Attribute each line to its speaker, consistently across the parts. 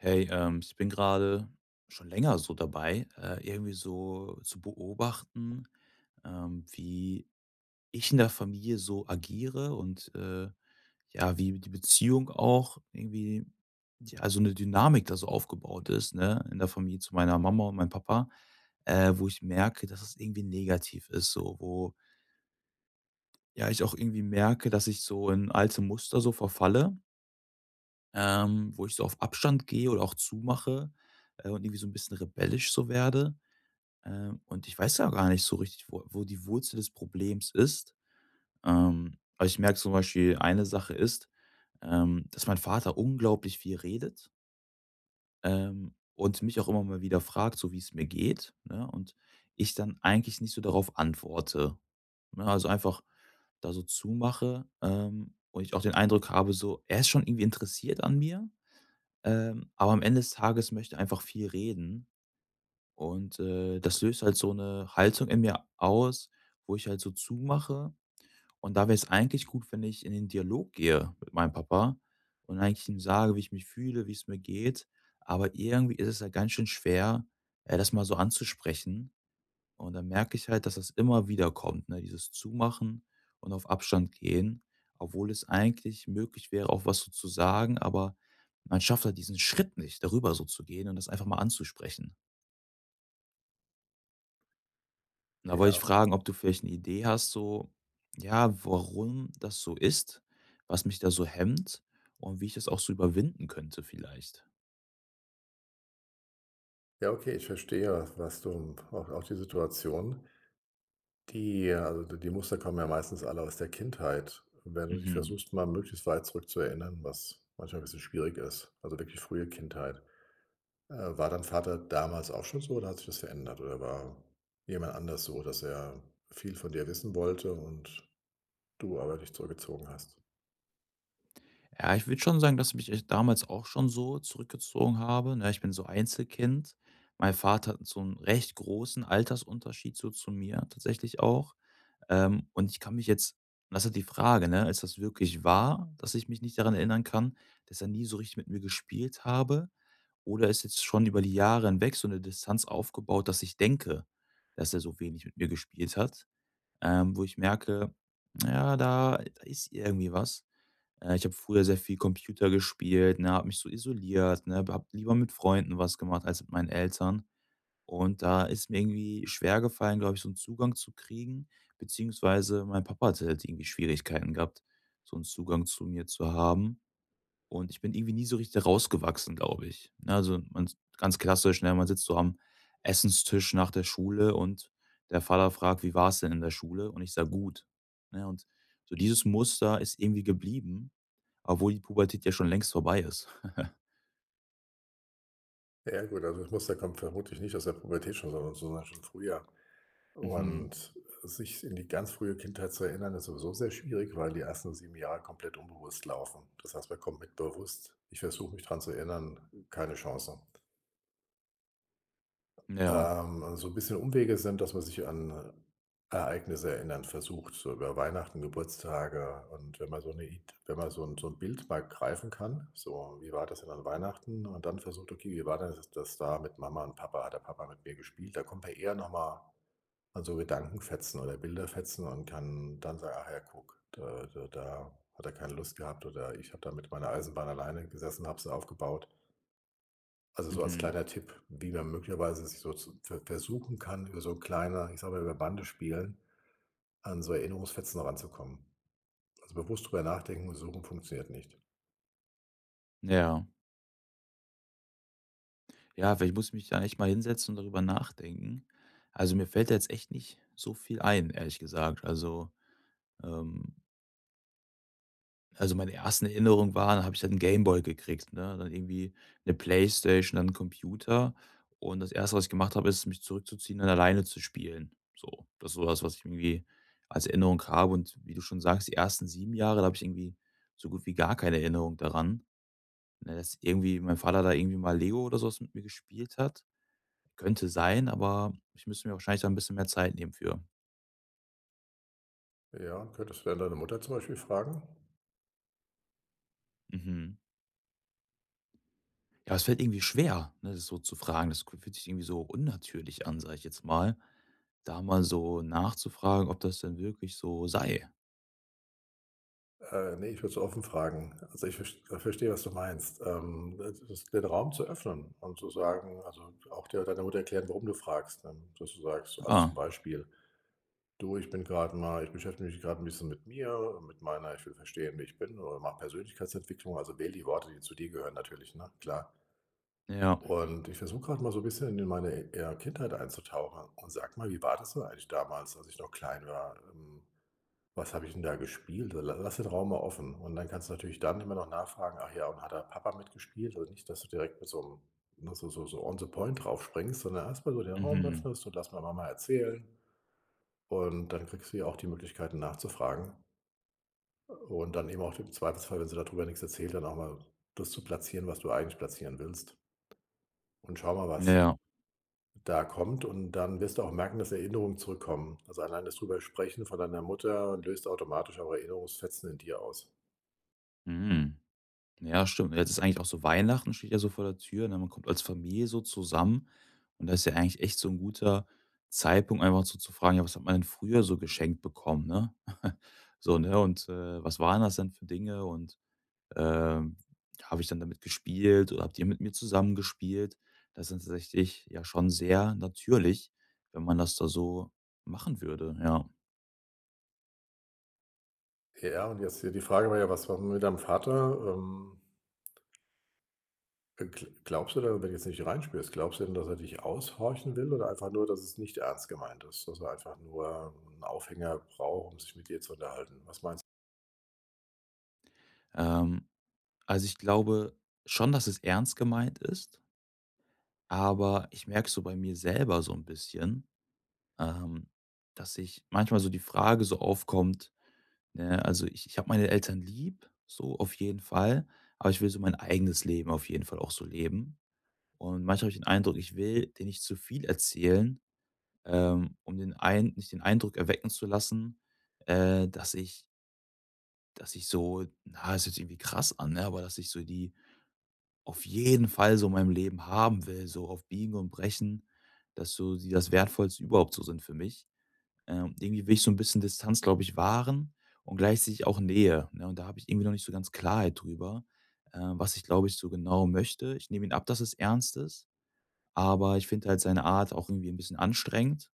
Speaker 1: Hey, ich bin gerade schon länger so dabei, irgendwie so zu beobachten, wie ich in der Familie so agiere und ja, wie die Beziehung auch irgendwie, ja, so eine Dynamik da so aufgebaut ist, ne, in der Familie zu meiner Mama und meinem Papa, wo ich merke, dass es irgendwie negativ ist, so, wo ja ich auch irgendwie merke, dass ich so in alte Muster so verfalle. Ähm, wo ich so auf Abstand gehe oder auch zumache, und irgendwie so ein bisschen rebellisch so werde. Und ich weiß ja gar nicht so richtig, wo die Wurzel des Problems ist. Aber ich merke zum Beispiel, eine Sache ist, dass mein Vater unglaublich viel redet, und mich auch immer mal wieder fragt, so wie es mir geht, ne, und ich dann eigentlich nicht so darauf antworte, ne? Also, einfach da so zumache, und ich auch den Eindruck habe, so, er ist schon irgendwie interessiert an mir, aber am Ende des Tages möchte einfach viel reden und das löst halt so eine Haltung in mir aus, wo ich halt so zumache, und da wäre es eigentlich gut, wenn ich in den Dialog gehe mit meinem Papa und eigentlich ihm sage, wie ich mich fühle, wie es mir geht, aber irgendwie ist es ja halt ganz schön schwer, das mal so anzusprechen. Und dann merke ich halt, dass das immer wieder kommt, ne? Dieses Zumachen und auf Abstand gehen, obwohl es eigentlich möglich wäre, auch was so zu sagen, aber man schafft halt diesen Schritt nicht, darüber so zu gehen und das einfach mal anzusprechen. Und da wollte
Speaker 2: Ja,
Speaker 1: ich
Speaker 2: ok
Speaker 1: fragen, ob du vielleicht eine Idee hast, so, ja, warum das so ist, was mich da so hemmt und wie ich das auch so überwinden könnte vielleicht?
Speaker 2: ja, okay, ich verstehe, was du auch die Situation. Die also, die Muster kommen ja meistens alle aus der Kindheit. Wenn du dich
Speaker 1: Mhm.
Speaker 2: versuchst, mal möglichst weit zurückzuerinnern, was manchmal ein bisschen schwierig ist, also wirklich frühe Kindheit. War dein Vater damals auch schon so oder hat sich das verändert? Oder war jemand anders so, dass er viel von dir wissen wollte und du aber dich zurückgezogen hast?
Speaker 1: Ja, ich würde schon sagen, dass ich mich echt damals auch schon so zurückgezogen habe, ne? Ich bin so Einzelkind. Mein Vater hat so 'n recht großen Altersunterschied so zu mir tatsächlich auch. Und ich kann mich jetzt das ist halt die Frage, ne, ist das wirklich wahr, dass ich mich nicht daran erinnern kann, dass er nie so richtig mit mir gespielt habe? Oder ist jetzt schon über die Jahre hinweg so 'ne Distanz aufgebaut, dass ich denke, dass er so wenig mit mir gespielt hat, wo ich merke, na ja, da ist irgendwie was. Ich habe früher sehr viel Computer gespielt, ne, habe mich so isoliert, ne, habe lieber mit Freunden was gemacht als mit meinen Eltern. Und da ist mir irgendwie schwer gefallen, glaube ich, so einen Zugang zu kriegen, beziehungsweise mein Papa hatte halt irgendwie Schwierigkeiten gehabt, so einen Zugang zu mir zu haben. Und ich bin irgendwie nie so richtig rausgewachsen, glaube ich. Ne, also, man ganz klassisch, ne, man sitzt so am Essenstisch nach der Schule und der Vater fragt: „Wie war es denn in der Schule?“ Und ich sage: „Gut.“ Ne, und so dieses Muster ist irgendwie geblieben. Obwohl die Pubertät ja schon längst vorbei ist.
Speaker 2: Ja gut, also das Muster kommt vermutlich nicht aus der Pubertät schon, sondern schon früher.
Speaker 1: Mhm.
Speaker 2: Und sich in die ganz frühe Kindheit zu erinnern, ist sowieso sehr schwierig, weil die ersten 7 Jahre komplett unbewusst laufen. Das heißt, man kommt mit bewusst ich versuche mich dran zu erinnern, keine Chance.
Speaker 1: Ja.
Speaker 2: So ein bisschen Umwege sind, dass man sich an Ereignisse erinnern versucht, so über Weihnachten, Geburtstage und wenn man so eine, Id wenn man so ein Bild mal greifen kann, so: „Wie war das denn an Weihnachten?“ Und dann versucht: „Okay, wie war denn das da mit Mama und Papa? Hat der Papa mit mir gespielt?“ Da kommt man eher noch mal also Gedankenfetzen oder Bilderfetzen und kann dann sagen: „Ach ja, guck, da hat er keine Lust gehabt“ oder „ich habe da mit meiner Eisenbahn alleine gesessen, habe sie aufgebaut.“ Also, so als
Speaker 1: Mhm.
Speaker 2: kleiner Tipp, wie man möglicherweise sich so zu versuchen kann, über so kleine ich sage mal, über Bande spielen, an so Erinnerungsfetzen ranzukommen. Also bewusst drüber nachdenken und suchen funktioniert nicht.
Speaker 1: Ja. Ja, vielleicht muss ich mich da echt mal hinsetzen und darüber nachdenken. Also, mir fällt da jetzt echt nicht so viel ein, ehrlich gesagt. Ähm Also, meine ersten Erinnerungen waren, habe ich dann 'n Gameboy gekriegt, ne? Dann irgendwie eine Playstation, dann 'n Computer. Und das erste, was ich gemacht habe, ist, mich zurückzuziehen und alleine zu spielen. So, das ist so das, was ich irgendwie als Erinnerung habe. Und wie du schon sagst, die ersten 7 Jahre, da habe ich irgendwie so gut wie gar keine Erinnerung daran, ne, dass irgendwie mein Vater da irgendwie mal Lego oder so mit mir gespielt hat. Könnte sein, aber ich müsste mir wahrscheinlich da ein bisschen mehr Zeit nehmen für.
Speaker 2: Ja, könntest du dann deine Mutter zum Beispiel fragen?
Speaker 1: Mhm. Ja, es fällt irgendwie schwer, ne, das so zu fragen. Das fühlt sich irgendwie so unnatürlich an, sage ich jetzt mal, da mal so nachzufragen, ob das denn wirklich so sei.
Speaker 2: Ne, ich würde es offen fragen. Also, ich verstehe, was du meinst. Das den Raum zu öffnen und zu sagen also, auch dir deiner Mutter erklären, warum du fragst, ne? Dass du sagst also, zum
Speaker 1: Ah,
Speaker 2: Beispiel: „Du, ich beschäftige mich gerade ein bisschen mit mir, mit meiner ich will verstehen, wie ich bin oder mache Persönlichkeitsentwicklung.“ Also, wähle die Worte, die zu dir gehören natürlich, ne, klar.
Speaker 1: ja.
Speaker 2: Und ich versuche gerade mal so ein bisschen in meine, ja, Kindheit einzutauchen und sag mal, wie war das so eigentlich damals, als ich noch klein war? Was habe ich denn da gespielt? La lass den Raum mal offen und dann kannst du natürlich dann immer noch nachfragen: „Ach ja, und hat da Papa mitgespielt?“ Also, nicht, dass du direkt mit so einem ne, so so so on the point drauf springst, sondern erstmal so den Raum
Speaker 1: Mhm.
Speaker 2: öffnest und lass mal Mama erzählen und dann kriegst du ja auch die Möglichkeiten nachzufragen und dann eben auch im Zweifelsfall, wenn sie darüber nichts erzählt, dann auch mal das zu platzieren, was du eigentlich platzieren willst. Und schau mal, was
Speaker 1: Ja.
Speaker 2: da kommt und dann wirst du auch merken, dass Erinnerungen zurückkommen. Also, allein das drüber Sprechen von deiner Mutter löst automatisch auch Erinnerungsfetzen in dir aus.
Speaker 1: Mhm. Ja, stimmt. Jetzt ist eigentlich auch so Weihnachten steht ja so vor der Tür, ne? Man kommt als Familie so zusammen und das ist ja eigentlich echt so ein guter Zeitpunkt, einfach so zu fragen: „Ja, was hat man denn früher so geschenkt bekommen“, ne? So, ne? Und was waren das denn für Dinge und ähm, habe ich dann damit gespielt oder habt ihr mit mir zusammen gespielt? Das ist dann tatsächlich ja schon sehr natürlich, wenn man das da so machen würde, ja.
Speaker 2: Ja, und jetzt, hier die Frage war ja: „Was war mit deinem Vater?“ Ähm, gl glaubst du denn, wenn du jetzt nicht reinspürst, glaubst du denn, dass er dich aushorchen will oder einfach nur, dass es nicht ernst gemeint ist, dass er einfach nur einen Aufhänger braucht, um sich mit dir zu unterhalten? Was meinst
Speaker 1: Ähm, also, ich glaube schon, dass es ernst gemeint ist, aber ich merke so bei mir selber so ein bisschen, ähm, dass ich manchmal so die Frage so aufkommt, ne, also, ich habe meine Eltern lieb, so auf jeden Fall, aber ich will so mein eigenes Leben auf jeden Fall auch so leben. Und manchmal habe ich den Eindruck, ich will denen nicht zu viel erzählen, um den ein nicht den Eindruck erwecken zu lassen, äh, dass ich dass ich so na, es hört sich irgendwie krass an, ne, aber dass ich so die auf jeden Fall so in meinem Leben haben will, so auf Biegen und Brechen, dass so die das Wertvollste überhaupt so sind für mich. Irgendwie will ich so ein bisschen Distanz, glaube ich, wahren und gleichzeitig auch Nähe, ne? Und da habe ich irgendwie noch nicht so ganz Klarheit drüber, was ich, glaube ich, so genau möchte. Ich nehme ihn ab, dass es ernst ist. Aber ich finde halt seine Art auch irgendwie ein bisschen anstrengend,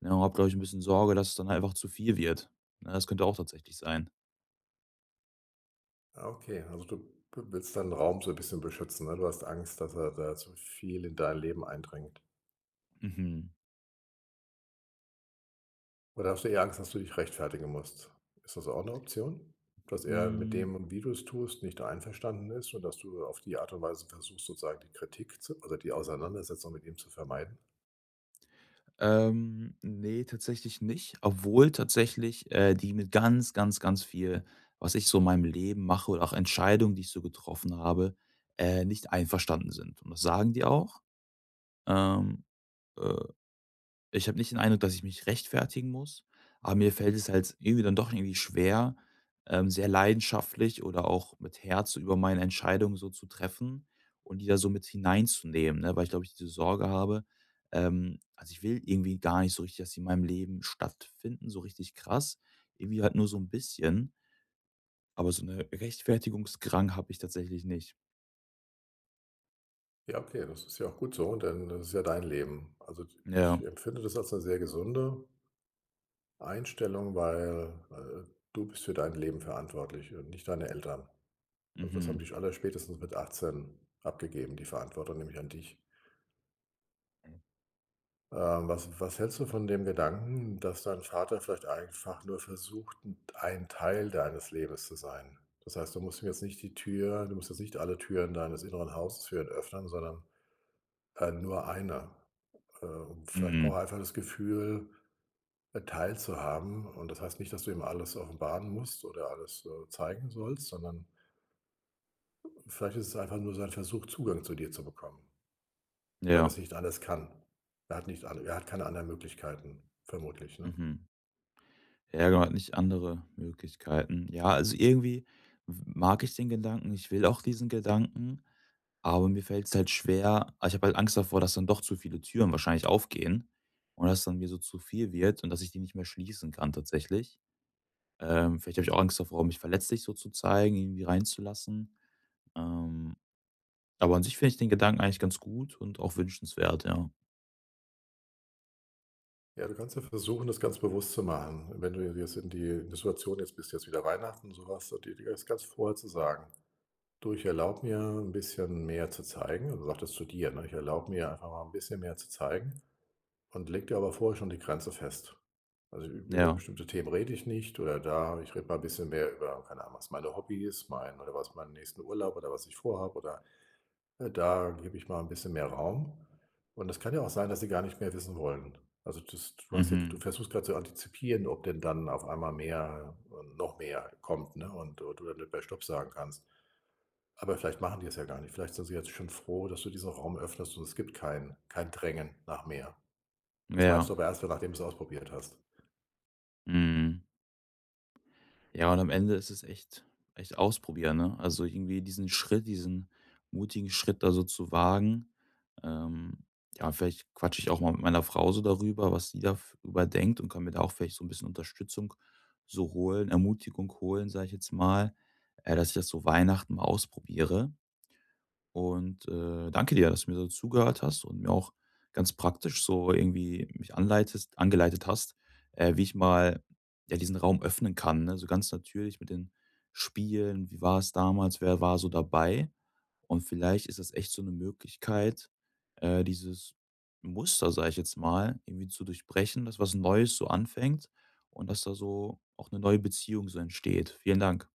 Speaker 1: ne, und habe, glaube ich, 'n bisschen Sorge, dass es dann einfach zu viel wird, ne? Das könnte auch tatsächlich sein.
Speaker 2: du? Okay, also du w willst deinen Raum so ein bisschen beschützen, ne? Du hast Angst, dass er da zu viel in dein Leben eindringt.
Speaker 1: Mhm.
Speaker 2: Oder hast du eher Angst, dass du dich rechtfertigen musst? Ist das auch eine Option? Dass er mit
Speaker 1: Hm,
Speaker 2: dem, wie du es tust, nicht einverstanden ist und dass du auf die Art und Weise versuchst, sozusagen die Kritik zu oder die Auseinandersetzung mit ihm zu vermeiden?
Speaker 1: ne, tatsächlich nicht, obwohl tatsächlich, die mit ganz, ganz, ganz viel, was ich so in meinem Leben mache oder auch Entscheidungen, die ich so getroffen habe, nicht einverstanden sind. Und das sagen die auch. Ähm, äh Ich habe nicht den Eindruck, dass ich mich rechtfertigen muss, aber mir fällt es halt irgendwie dann doch irgendwie schwer, sehr leidenschaftlich oder auch mit Herz über meine Entscheidungen so zu treffen und die da so mit hineinzunehmen, ne? Weil ich glaube, ich diese Sorge habe. Also ich will irgendwie gar nicht so richtig, dass sie in meinem Leben stattfinden, so richtig krass. Irgendwie halt nur so ein bisschen, aber so eine Rechtfertigungsdrang habe ich tatsächlich nicht.
Speaker 2: Ja, okay, das ist ja auch gut so, denn das ist ja dein Leben. Also, ich
Speaker 1: Ja.
Speaker 2: empfinde das als eine sehr gesunde Einstellung, weil du bist für dein Leben verantwortlich und nicht deine Eltern. Also, das haben
Speaker 1: Mhm.
Speaker 2: dich alle spätestens mit 18 abgegeben, die Verantwortung nämlich an dich. Was was hältst du von dem Gedanken, dass dein Vater vielleicht einfach nur versucht, ein Teil deines Lebens zu sein? Das heißt, du musst ihm jetzt nicht die Tür du musst jetzt nicht alle Türen deines inneren Hauses für ihn öffnen, sondern nur eine. Und vielleicht braucht er
Speaker 1: Mhm.
Speaker 2: einfach das Gefühl, Teil zu haben. Und das heißt nicht, dass du ihm alles offenbaren musst oder alles zeigen sollst, sondern vielleicht ist es einfach nur sein Versuch, Zugang zu dir zu bekommen, weil er
Speaker 1: Ja.
Speaker 2: es nicht anders kann. Er hat keine anderen Möglichkeiten, vermutlich, ne?
Speaker 1: Mhm. Ärger hat nicht andere Möglichkeiten. Ja, also irgendwie w- mag ich den Gedanken, ich will auch diesen Gedanken, aber mir fällt es halt schwer. Ich habe halt Angst davor, dass dann doch zu viele Türen wahrscheinlich aufgehen und dass dann mir so zu viel wird und dass ich die nicht mehr schließen kann tatsächlich. Vielleicht habe ich auch Angst davor, mich verletzlich so zu zeigen, irgendwie reinzulassen. Ähm, aber an sich finde ich den Gedanken eigentlich ganz gut und auch wünschenswert, ja.
Speaker 2: Ja, du kannst ja versuchen, das ganz bewusst zu machen. Wenn du jetzt in die Situation jetzt bist, jetzt wieder Weihnachten und sowas, und dir das ganz vorher zu sagen. Du, ich erlaube mir ein bisschen mehr zu zeigen. Also sag das zu dir, ne? Ich erlaube mir einfach mal ein bisschen mehr zu zeigen und leg dir aber vorher schon die Grenze fest. Also über
Speaker 1: Ja.
Speaker 2: bestimmte Themen rede ich nicht oder da, ich rede mal ein bisschen mehr über, keine Ahnung, was meine Hobby ist, mein oder was meinen nächsten Urlaub oder was ich vorhabe oder da gebe ich mal ein bisschen mehr Raum. Und es kann ja auch sein, dass sie gar nicht mehr wissen wollen. Also, das du hast ja du
Speaker 1: Mhm.
Speaker 2: versuchst gerade zu antizipieren, ob denn dann auf einmal mehr und noch mehr kommt, ne, und du dann nicht mehr stopp sagen kannst. Aber vielleicht machen die es ja gar nicht. Vielleicht sind sie jetzt schon froh, dass du diesen Raum öffnest und es gibt kein Drängen nach mehr. Das weißt
Speaker 1: Ja.
Speaker 2: du aber erst, nachdem du es ausprobiert hast.
Speaker 1: Mhm. Ja, und am Ende ist es echt ausprobieren, ne? Also, irgendwie diesen Schritt, diesen mutigen Schritt da so zu wagen. Ähm, ja, vielleicht quatsche ich auch mal mit meiner Frau so darüber, was sie da f denkt und kann mir da auch vielleicht so ein bisschen Unterstützung so holen Ermutigung holen, sage ich jetzt mal, dass ich das so Weihnachten mal ausprobiere. Und danke dir, dass du mir so zugehört hast und mir auch ganz praktisch so irgendwie mich anleitest angeleitet hast, wie ich mal, ja, diesen Raum öffnen kann, ne? So ganz natürlich mit den Spielen. Wie war es damals? Wer war so dabei? Und vielleicht ist das echt so eine Möglichkeit, dieses Muster, sage ich jetzt mal, irgendwie zu durchbrechen, dass was Neues so anfängt und dass da so auch eine neue Beziehung so entsteht. Vielen Dank.